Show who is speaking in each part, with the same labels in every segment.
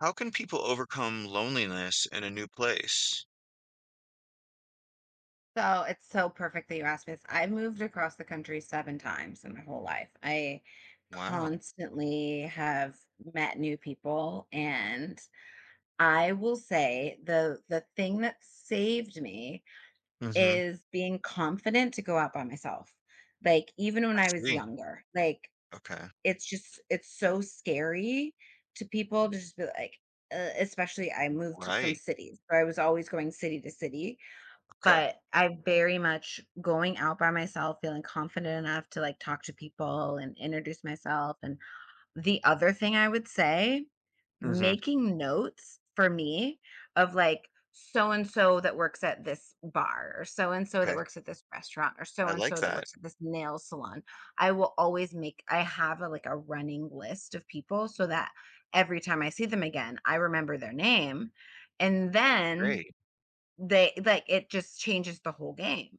Speaker 1: How can people overcome loneliness in a new place?
Speaker 2: So it's so perfect that you asked me this. I've moved across the country 7 times in my whole life. I
Speaker 1: Wow.
Speaker 2: constantly have met new people, and I will say the thing that saved me
Speaker 1: Hmm.
Speaker 2: is being confident to go out by myself. Like, even when
Speaker 1: I
Speaker 2: I was
Speaker 1: see.
Speaker 2: younger, like,
Speaker 1: Okay.
Speaker 2: it's just it's so scary to people to just be like especially I moved from
Speaker 1: Right.
Speaker 2: cities. So I was always going city to city,
Speaker 1: Okay.
Speaker 2: but I very much going out by myself, feeling confident enough to, like, talk to people and introduce myself. And the other thing I would say,
Speaker 1: Hmm.
Speaker 2: making notes for me of, like, so and so that works at this bar, or so and so that
Speaker 1: Okay.
Speaker 2: works at this restaurant, or so
Speaker 1: I
Speaker 2: and
Speaker 1: like
Speaker 2: so that
Speaker 1: that.
Speaker 2: works at this nail salon. I will always make I have a, like, a running list of people so that every time I see them again, I remember their name, and then
Speaker 1: Great.
Speaker 2: they like, it just changes the whole game,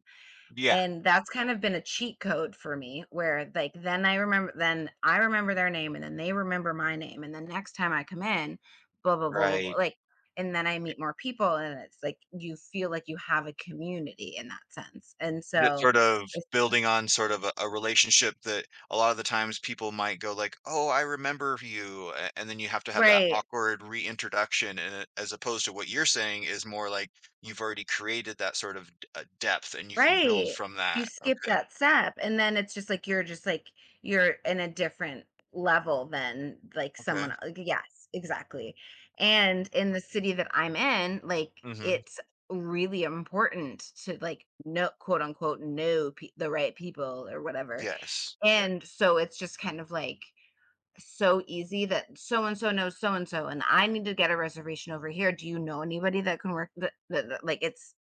Speaker 1: Yeah.
Speaker 2: and that's kind of been a cheat code for me where, like, then I remember their name, and then they remember my name, and the next time I come in, blah, blah, blah, blah, blah,
Speaker 1: Right.
Speaker 2: like, and then I meet more people, and it's like you feel like you have a community in that sense, and
Speaker 1: That
Speaker 2: so
Speaker 1: sort of
Speaker 2: it's
Speaker 1: building on sort of a relationship that a lot of the times people might go like, "Oh, I remember you," and then you have to have that
Speaker 2: right.
Speaker 1: awkward reintroduction, and as opposed to what you're saying is more like you've already created that sort of depth, and you can build
Speaker 2: Right.
Speaker 1: from
Speaker 2: You
Speaker 1: that.
Speaker 2: skip
Speaker 1: Okay.
Speaker 2: that step and then it's just like you're in a different level than like
Speaker 1: Okay.
Speaker 2: someone el- like, yes, exactly. And in the city that I'm in, like,
Speaker 1: Hmm.
Speaker 2: it's really important to, like, know, quote unquote, know pe- the right people or whatever.
Speaker 1: Yes.
Speaker 2: And so it's just kind of like so easy that so and so knows so and so, and I need to get a reservation over here. Do you know anybody that can work the like,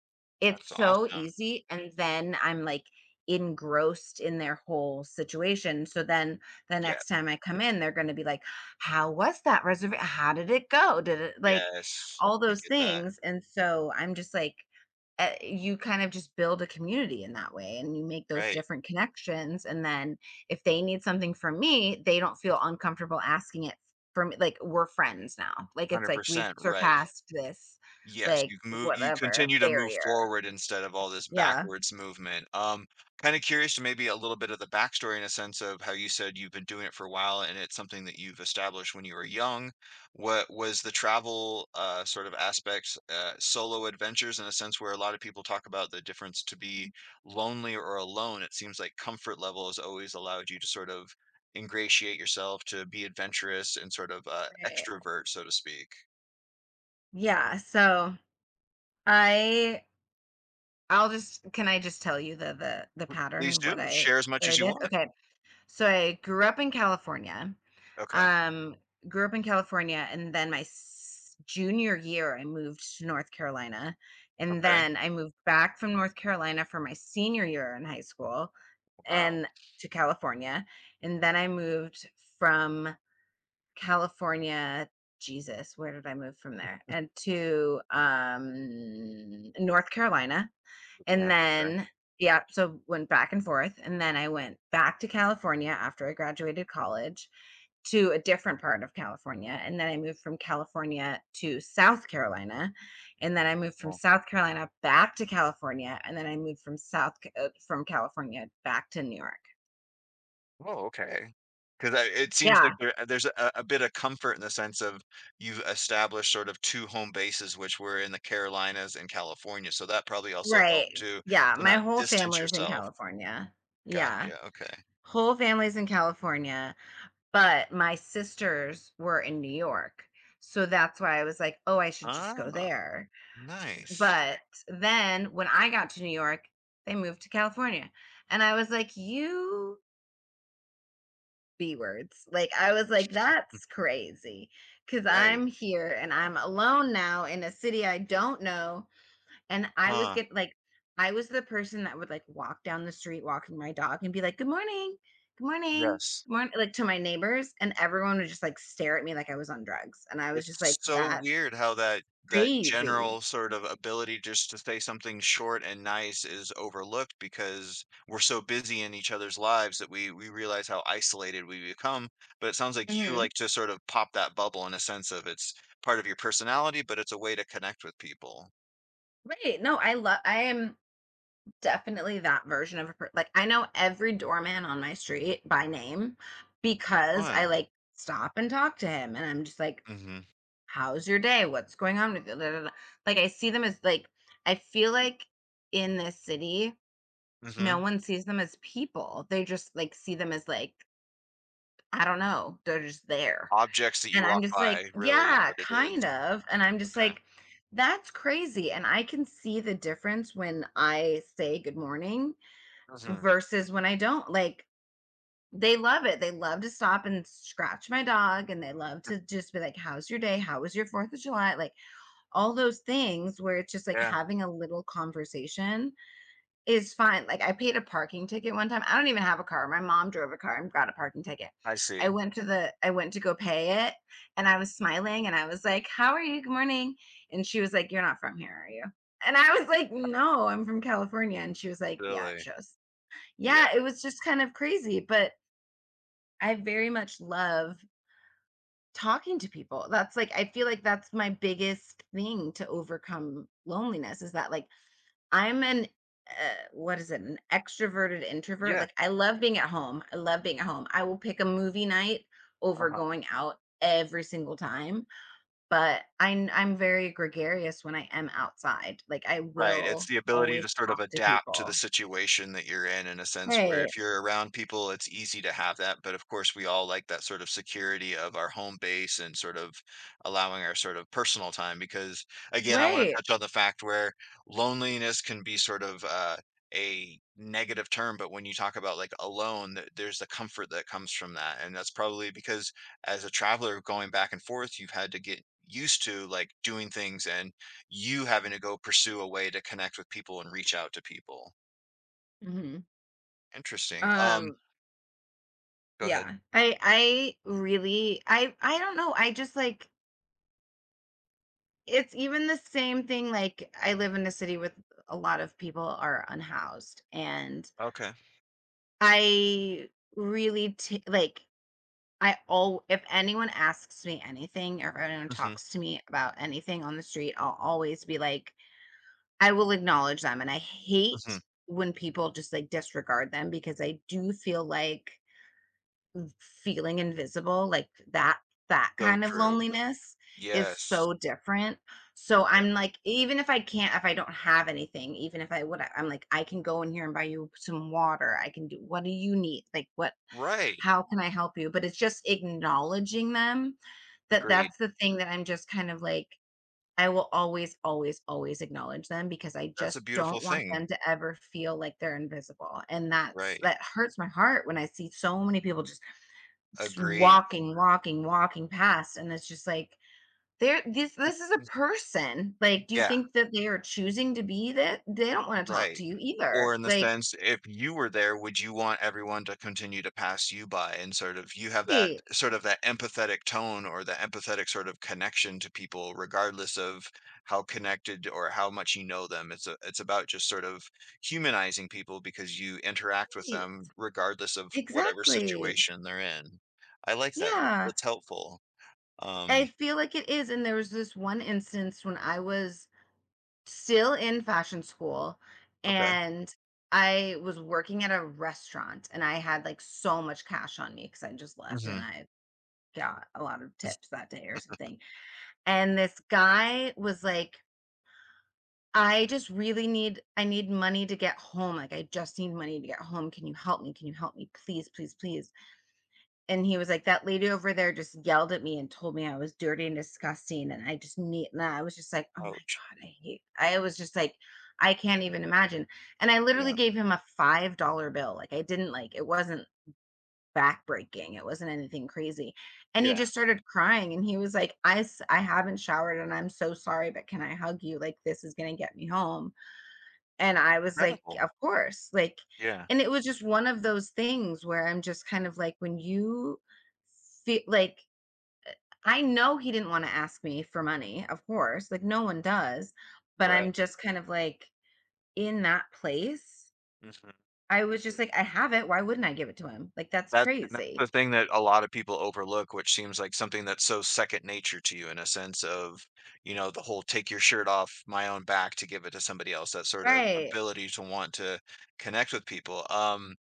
Speaker 2: it's
Speaker 1: That's
Speaker 2: so
Speaker 1: awesome.
Speaker 2: easy, and then I'm, like, engrossed in their whole situation, so then the
Speaker 1: Yeah.
Speaker 2: next time I come in, they're gonna be like, "How was that reservation? How did it go? Did it," like,
Speaker 1: Yes.
Speaker 2: all
Speaker 1: I
Speaker 2: those
Speaker 1: get that.
Speaker 2: things, and so I'm just like, eh, you kind of just build a community in that way, and you make those
Speaker 1: Right.
Speaker 2: different connections, and then if they need something from me, they don't feel uncomfortable asking it from me. Like, we're friends now. Like, it's like we've
Speaker 1: 100%, right.
Speaker 2: surpassed this,
Speaker 1: Yes,
Speaker 2: like,
Speaker 1: you
Speaker 2: whatever
Speaker 1: continue to move
Speaker 2: barrier.
Speaker 1: forward instead of all this
Speaker 2: Yeah.
Speaker 1: backwards movement. Kind of curious to maybe a little bit of the backstory in a sense of how you said you've been doing it for a while and it's something that you've established when you were young. What was the travel sort of aspects, solo adventures in a sense where a lot of people talk about the difference to be lonely or alone? It seems like comfort level has always allowed you to sort of ingratiate yourself, to be adventurous and sort of
Speaker 2: Right.
Speaker 1: extrovert, so to speak.
Speaker 2: Yeah. So I I'll just can I just tell you the pattern
Speaker 1: Please
Speaker 2: of
Speaker 1: do share as much
Speaker 2: what I
Speaker 1: as you
Speaker 2: did?
Speaker 1: want.
Speaker 2: Okay. So I grew up in California.
Speaker 1: Okay,
Speaker 2: Um, grew up in California, and then my s- junior year, I moved to North Carolina, and
Speaker 1: okay.
Speaker 2: then I moved back from North Carolina for my senior year in high school,
Speaker 1: Wow,
Speaker 2: and to California, and then I moved from California. Jesus, where did I move from there? And to North Carolina, and
Speaker 1: again, okay,
Speaker 2: then, yeah, so went back and forth. And then I went back to California after I graduated college to a different part of California. And then I moved from California to South Carolina. And then I moved from
Speaker 1: well,
Speaker 2: South Carolina back to California. And then I moved from South Ca- from California back to New York.
Speaker 1: oh, okay. Because it seems like
Speaker 2: Yeah,
Speaker 1: there there's a bit of comfort in the sense of you've established sort of two home bases, which were in the Carolinas and California, so that probably also helped
Speaker 2: right.
Speaker 1: too,
Speaker 2: Yeah,
Speaker 1: to
Speaker 2: my
Speaker 1: not
Speaker 2: whole
Speaker 1: distance
Speaker 2: family's in
Speaker 1: yourself.
Speaker 2: California. Yeah.
Speaker 1: Gotcha, okay.
Speaker 2: Whole family's in California. But my sisters were in New York, so that's why I was like, "Oh, I should just go
Speaker 1: Ah,
Speaker 2: there." S
Speaker 1: nice.
Speaker 2: but then when I got to New York, they moved to California, and I was like, "You B words." Like, I was like, "That's crazy," because 'cause I'm
Speaker 1: Right.
Speaker 2: here and I'm alone now in a city I don't know, and I was
Speaker 1: Huh,
Speaker 2: get like, I was the person that would like walk down the street walking my dog and be like, "Good morning, good morning,
Speaker 1: yes.
Speaker 2: good morning," like to my neighbors, and everyone would just like stare at me like I was on drugs, and I was just
Speaker 1: It's
Speaker 2: like,
Speaker 1: so
Speaker 2: "That's
Speaker 1: weird how that
Speaker 2: crazy."
Speaker 1: general sort of ability just to say something short and nice is overlooked because we're so busy in each other's lives that we realize how isolated we become. But it sounds like you
Speaker 2: Mhm.
Speaker 1: like to sort of pop that bubble in a sense of it's part of your personality, but it's a way to connect with people.
Speaker 2: Right. No, I love I am definitely that version of a person. Like, I know every doorman on my street by name
Speaker 1: How
Speaker 2: because I
Speaker 1: fun.
Speaker 2: like stop and talk to him and I'm just like,
Speaker 1: Hmm.
Speaker 2: How's your day? What's going on with you? Da, da, da. Like, I see them as like I feel like in this city, no
Speaker 1: Hmm.
Speaker 2: one sees them as people. They just like see them as like, I don't know, they're just there.
Speaker 1: Objects that
Speaker 2: And
Speaker 1: you
Speaker 2: I'm
Speaker 1: walk
Speaker 2: just like,
Speaker 1: by really is
Speaker 2: yeah,
Speaker 1: what it
Speaker 2: kind
Speaker 1: is.
Speaker 2: of. And I'm just
Speaker 1: Okay.
Speaker 2: like, that's crazy. And I can see the difference when I say good morning
Speaker 1: Hmm.
Speaker 2: versus when I don't. Like, they love it. They love to stop and scratch my dog, and they love to just be like, How's your day? How was your Fourth of July? Like, all those things where it's just like
Speaker 1: Yeah,
Speaker 2: having a little conversation is fine. Like, I paid a parking ticket one time. I don't even have a car. My mom drove a car and got a parking ticket.
Speaker 1: I
Speaker 2: I
Speaker 1: see.
Speaker 2: went to the I went to go pay it, and I was smiling and I was like, "How are you? Good morning." And she was like, "You're not from here, are you?" And I was like, "No, I'm from California." And she was like, "Yeah, it
Speaker 1: Really.
Speaker 2: shows."
Speaker 1: Yeah.
Speaker 2: Yeah, it was just kind of crazy, but I very much love talking to people. That's like I feel like that's my biggest thing to overcome loneliness is that, like, I'm an what is it? An extroverted introvert,
Speaker 1: Yeah.
Speaker 2: like, I love being at home, I love being at home. I will pick a movie night over
Speaker 1: Uh-huh.
Speaker 2: going out every single time, but I'm very gregarious when I am outside, like, I
Speaker 1: Right, it's
Speaker 2: will
Speaker 1: the ability
Speaker 2: always
Speaker 1: to sort of
Speaker 2: talk to
Speaker 1: adapt to the
Speaker 2: people.
Speaker 1: situation that you're in a sense where
Speaker 2: Right,
Speaker 1: if you're around people, it's easy to have that, but of course, we all like that sort of security of our home base and sort of allowing our sort of personal time because, again, I wanna
Speaker 2: right.
Speaker 1: touch on the fact where loneliness can be sort of, a negative term, but when you talk about, like, alone, th there's the comfort that comes from that, and that's probably because as a traveler going back and forth, you've had to get used to, like, doing things and you having to go pursue a way to connect with people and reach out to people.
Speaker 2: Mhm.
Speaker 1: Interesting.
Speaker 2: Um,
Speaker 1: Go ahead.
Speaker 2: yeah. I really I don't know, I just, like It's even the same thing, like, I live in a city with a lot of people are unhoused, and
Speaker 1: Okay.
Speaker 2: I really t like, I all if anyone asks me anything or if anyone
Speaker 1: Mhm,
Speaker 2: talks to me about anything on the street, I'll always be like I will acknowledge them, and I
Speaker 1: mhm.
Speaker 2: hate when people just, like, disregard them because I do feel like feeling invisible, like, that that
Speaker 1: So
Speaker 2: kind of
Speaker 1: true.
Speaker 2: loneliness is
Speaker 1: Yes.
Speaker 2: so different. So
Speaker 1: Yeah.
Speaker 2: I'm like, even if I can't, if I don't have anything, even if I would, I'm like, I can go in here and buy you some water. I can do, what do you need? Like, what,
Speaker 1: Right.
Speaker 2: how can I help you? But it's just acknowledging them that
Speaker 1: Agreed.
Speaker 2: that's the thing that I'm just kind of like, I will always, always, always acknowledge them because I
Speaker 1: That's a
Speaker 2: just
Speaker 1: beautiful
Speaker 2: don't want
Speaker 1: thing.
Speaker 2: them to ever feel like they're invisible. And that's
Speaker 1: Right.
Speaker 2: that hurts my heart when I see so many people just
Speaker 1: Agreed.
Speaker 2: walking, walking, walking past, and it's just like there this
Speaker 1: Mm,
Speaker 2: this is a
Speaker 1: mm,
Speaker 2: person. Like, do you
Speaker 1: yeah.
Speaker 2: think that they are choosing to be that? They don't want to talk to
Speaker 1: Right.
Speaker 2: you
Speaker 1: Or
Speaker 2: either.
Speaker 1: in the
Speaker 2: Like,
Speaker 1: sense, if you were there, would you want everyone to continue to pass you by and sort of you have that
Speaker 2: hey,
Speaker 1: sort of that empathetic tone or the empathetic sort of connection to people, regardless of how connected or how much you know them. It's a, it's about just sort of humanizing people because you interact with
Speaker 2: hey,
Speaker 1: them regardless of whatever
Speaker 2: exactly.
Speaker 1: situation they're in. I like that. That's,
Speaker 2: Yeah.
Speaker 1: that's helpful.
Speaker 2: I
Speaker 1: Um,
Speaker 2: feel like it is. And there was this one instance when I was still in fashion school,
Speaker 1: okay.
Speaker 2: and I was working at a restaurant, and I had like so much cash on me because I just left and
Speaker 1: Hmm.
Speaker 2: I got a lot of tips that day or something, and this guy was like, I just really need I need money to get home, like, I just need money to get home, can you help me, can you help me, please, please, please. And he was like, that lady over there just yelled at me and told me I was dirty and disgusting, and I just need, and I was just like, oh my
Speaker 1: Ouch.
Speaker 2: god, I hate I was just like, I can't even imagine. And I literally
Speaker 1: Yeah.
Speaker 2: gave him a $5 bill. Like, I didn't like it wasn't backbreaking, it wasn't anything crazy, and he just
Speaker 1: Yeah.
Speaker 2: started crying, and he was like, "I s I haven't showered, and I'm so sorry, but can I hug you? Like, this is gonna get me home," and I was like,
Speaker 1: Incredible.
Speaker 2: "Of course," like,
Speaker 1: Yeah.
Speaker 2: and it was just one of those things where I'm just kind of like, when you feel like, I know he didn't wanna ask me for money, of course, like, no one does, but I'm
Speaker 1: Right.
Speaker 2: just kind of like, in that place,
Speaker 1: Mhm.
Speaker 2: I was just like, "I have it, why wouldn't I give it to him?" Like, that's
Speaker 1: That and that's
Speaker 2: crazy.
Speaker 1: the thing that a lot of people overlook, which seems like something that's so second nature to you in a sense of, you know, the whole take your shirt off my own back to give it to somebody else, that sort of
Speaker 2: Right,
Speaker 1: ability to want to connect with people.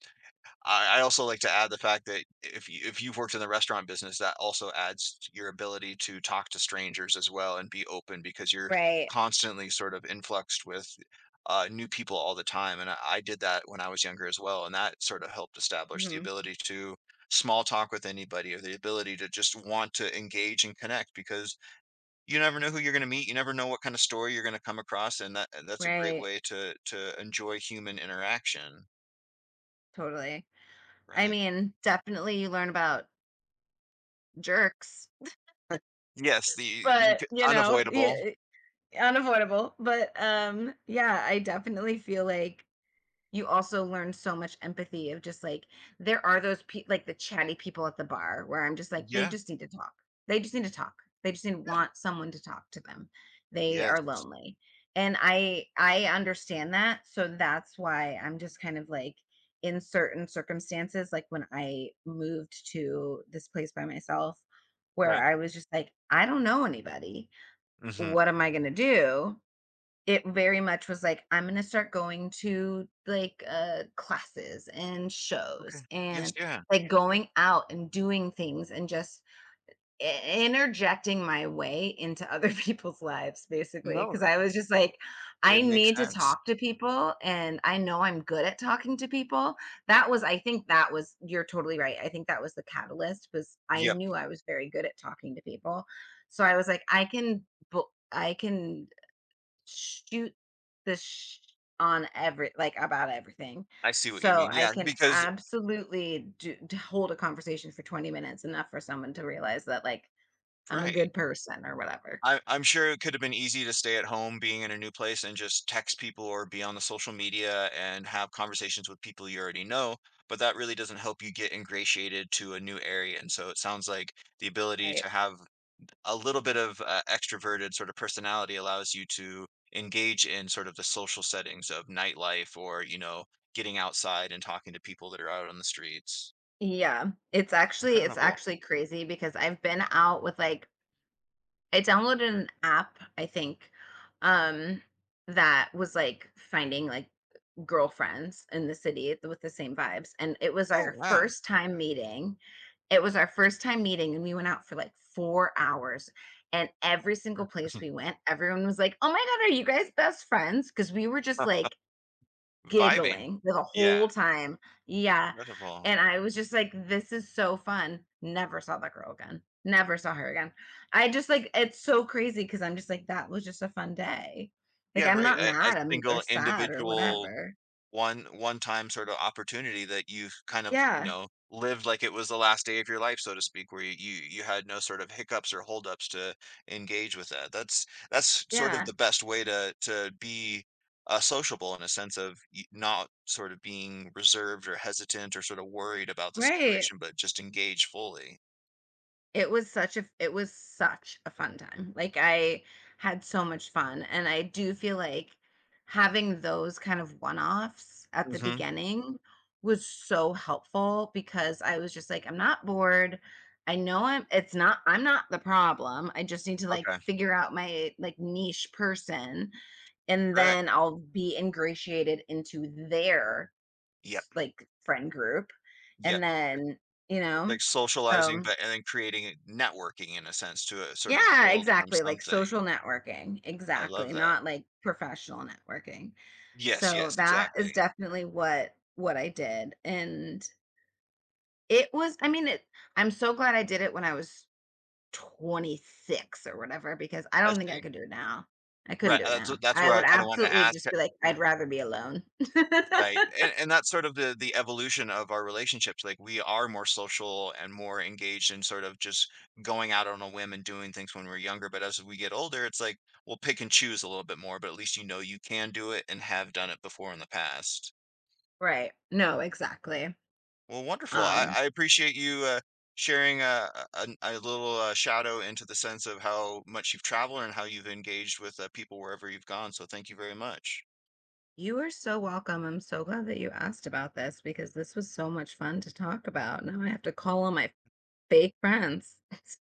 Speaker 1: I also like to add the fact that if you've worked in the restaurant business, that also adds to your ability to talk to strangers as well and be open because you're
Speaker 2: right.
Speaker 1: constantly sort of influxed with new people all the time. And I did that when I was younger as well, and that sort of helped establish the
Speaker 2: Mhm.
Speaker 1: ability to small talk with anybody or the ability to just want to engage and connect because you never know who you're going to meet, you never know what kind of story you're going to come across, and that's a great
Speaker 2: Right.
Speaker 1: way to enjoy human interaction,
Speaker 2: Totally. I
Speaker 1: right.
Speaker 2: mean, definitely you learn about jerks,
Speaker 1: Yes, the
Speaker 2: but
Speaker 1: c
Speaker 2: you know,
Speaker 1: unavoidable.
Speaker 2: yeah, unavoidable. But yeah, I definitely feel like you also learn so much empathy of just like there are those pe- like the chatty people at the bar where I'm just like they
Speaker 1: Yeah,
Speaker 2: just need to talk. They just need to talk. They just need to
Speaker 1: yeah.
Speaker 2: want someone to talk to them. They are
Speaker 1: Yes.
Speaker 2: lonely. And I understand that. So that's why I'm just kind of like in certain circumstances like when I moved to this place by myself where
Speaker 1: Okay.
Speaker 2: I was just like I don't know anybody.
Speaker 1: Mhm.
Speaker 2: What am I going to do? It very much was like I'm going to start going to like classes and
Speaker 1: Okay.
Speaker 2: shows,
Speaker 1: Yes,
Speaker 2: and
Speaker 1: yeah.
Speaker 2: like going out and doing things, and just I- interjecting my way into other people's lives basically
Speaker 1: No,
Speaker 2: because I was just like I
Speaker 1: it makes
Speaker 2: need to
Speaker 1: sense.
Speaker 2: talk to people, and I know I'm good at talking to people. That was I think that was you're totally right, I think that was the catalyst was I
Speaker 1: Yep,
Speaker 2: knew I was very good at talking to people, so I was like I can bu- I can shoot the sh on every like, about everything.
Speaker 1: I see what you
Speaker 2: So
Speaker 1: mean.
Speaker 2: I
Speaker 1: Yeah,
Speaker 2: can
Speaker 1: because
Speaker 2: absolutely do d hold a conversation for 20 minutes, enough for someone to realize that, like, I'm a
Speaker 1: right.
Speaker 2: good person or whatever,
Speaker 1: I'm sure it could have been easy to stay at home being in a new place and just text people or be on the social media and have conversations with people you already know, but that really doesn't help you get ingratiated to a new area, and so it sounds like the ability
Speaker 2: right?
Speaker 1: to have a little bit of extroverted sort of personality allows you to engage in sort of the social settings of nightlife, or getting outside and talking to people that are out on the streets.
Speaker 2: Yeah. It's
Speaker 1: Incredible.
Speaker 2: actually crazy because I've been out with, like, I downloaded an app, I think, um, that was like finding like girlfriends in the city with the same vibes. And it was
Speaker 1: Oh
Speaker 2: our
Speaker 1: wow.
Speaker 2: first time meeting. It was our first time meeting, and we went out for like 4 hours. And every single place we went, everyone was like, Oh my God, are you guys best friends? Because we were just like
Speaker 1: Vibing.
Speaker 2: giggling the
Speaker 1: Yeah.
Speaker 2: whole time. Yeah,
Speaker 1: Incredible.
Speaker 2: and I was just like, "This is so fun." Never saw that girl again. Never saw her again. I just like it's so crazy because 'cause I'm just like, "That was just a fun day." Like,
Speaker 1: Yeah,
Speaker 2: I'm
Speaker 1: right,
Speaker 2: not
Speaker 1: a
Speaker 2: mad, I'm or
Speaker 1: single
Speaker 2: sad or
Speaker 1: individual,
Speaker 2: whatever.
Speaker 1: one-time sort of opportunity that you've kind of,
Speaker 2: Yeah,
Speaker 1: lived like it was the last day of your life, so to speak, where you had no sort of hiccups or holdups to engage with that. That's sort of
Speaker 2: yeah,
Speaker 1: the best way to be, sociable in a sense of y not sort of being reserved or hesitant or sort of worried about the
Speaker 2: right.
Speaker 1: situation, but just engage fully.
Speaker 2: It was such a it was such a fun time. Like, I had so much fun, and I do feel like having those kind of one-offs at the
Speaker 1: Mhm.
Speaker 2: beginning was so helpful because I was just like, "I'm not bored. I know I'm it's not I'm not the problem. I just need to, like,
Speaker 1: Okay.
Speaker 2: figure out my, like, niche person, and
Speaker 1: Correct.
Speaker 2: then I'll be ingratiated into their
Speaker 1: Yep.
Speaker 2: s like, friend group." And
Speaker 1: Yep. It
Speaker 2: then, you
Speaker 1: it's
Speaker 2: know?
Speaker 1: like socializing,
Speaker 2: So
Speaker 1: but and then creating networking in a sense to, sort of
Speaker 2: yeah,
Speaker 1: build from
Speaker 2: exactly, like
Speaker 1: something.
Speaker 2: social networking,
Speaker 1: I love
Speaker 2: exactly,
Speaker 1: that.
Speaker 2: not like professional networking.
Speaker 1: Yes,
Speaker 2: So
Speaker 1: yes,
Speaker 2: that is
Speaker 1: exactly.
Speaker 2: definitely what I did, and it was I mean, it I'm so glad I did it when I was 26 or whatever because I
Speaker 1: I
Speaker 2: don't think I
Speaker 1: see.
Speaker 2: could do it now. I couldn't
Speaker 1: Right,
Speaker 2: do it
Speaker 1: so
Speaker 2: now.
Speaker 1: that's
Speaker 2: I
Speaker 1: where
Speaker 2: would
Speaker 1: I kinda wanted to
Speaker 2: absolutely
Speaker 1: ask,
Speaker 2: just be like,
Speaker 1: w
Speaker 2: I'd rather be alone.
Speaker 1: right, and that's sort of the evolution of our relationships, like, we are more social and more engaged in sort of just going out on a whim and doing things when we're younger, but as we get older, it's like, we'll pick and choose a little bit more, but at least you know you can do it and have done it before in the past.
Speaker 2: Right. No, exactly.
Speaker 1: Well, wonderful. I,
Speaker 2: Um
Speaker 1: I appreciate you sharing a little shadow into the sense of how much you've traveled and how you've engaged with people wherever you've gone. So thank you very much.
Speaker 2: You are so welcome. I'm so glad that you asked about this because this was so much fun to talk about. Now I have to call all my fake friends.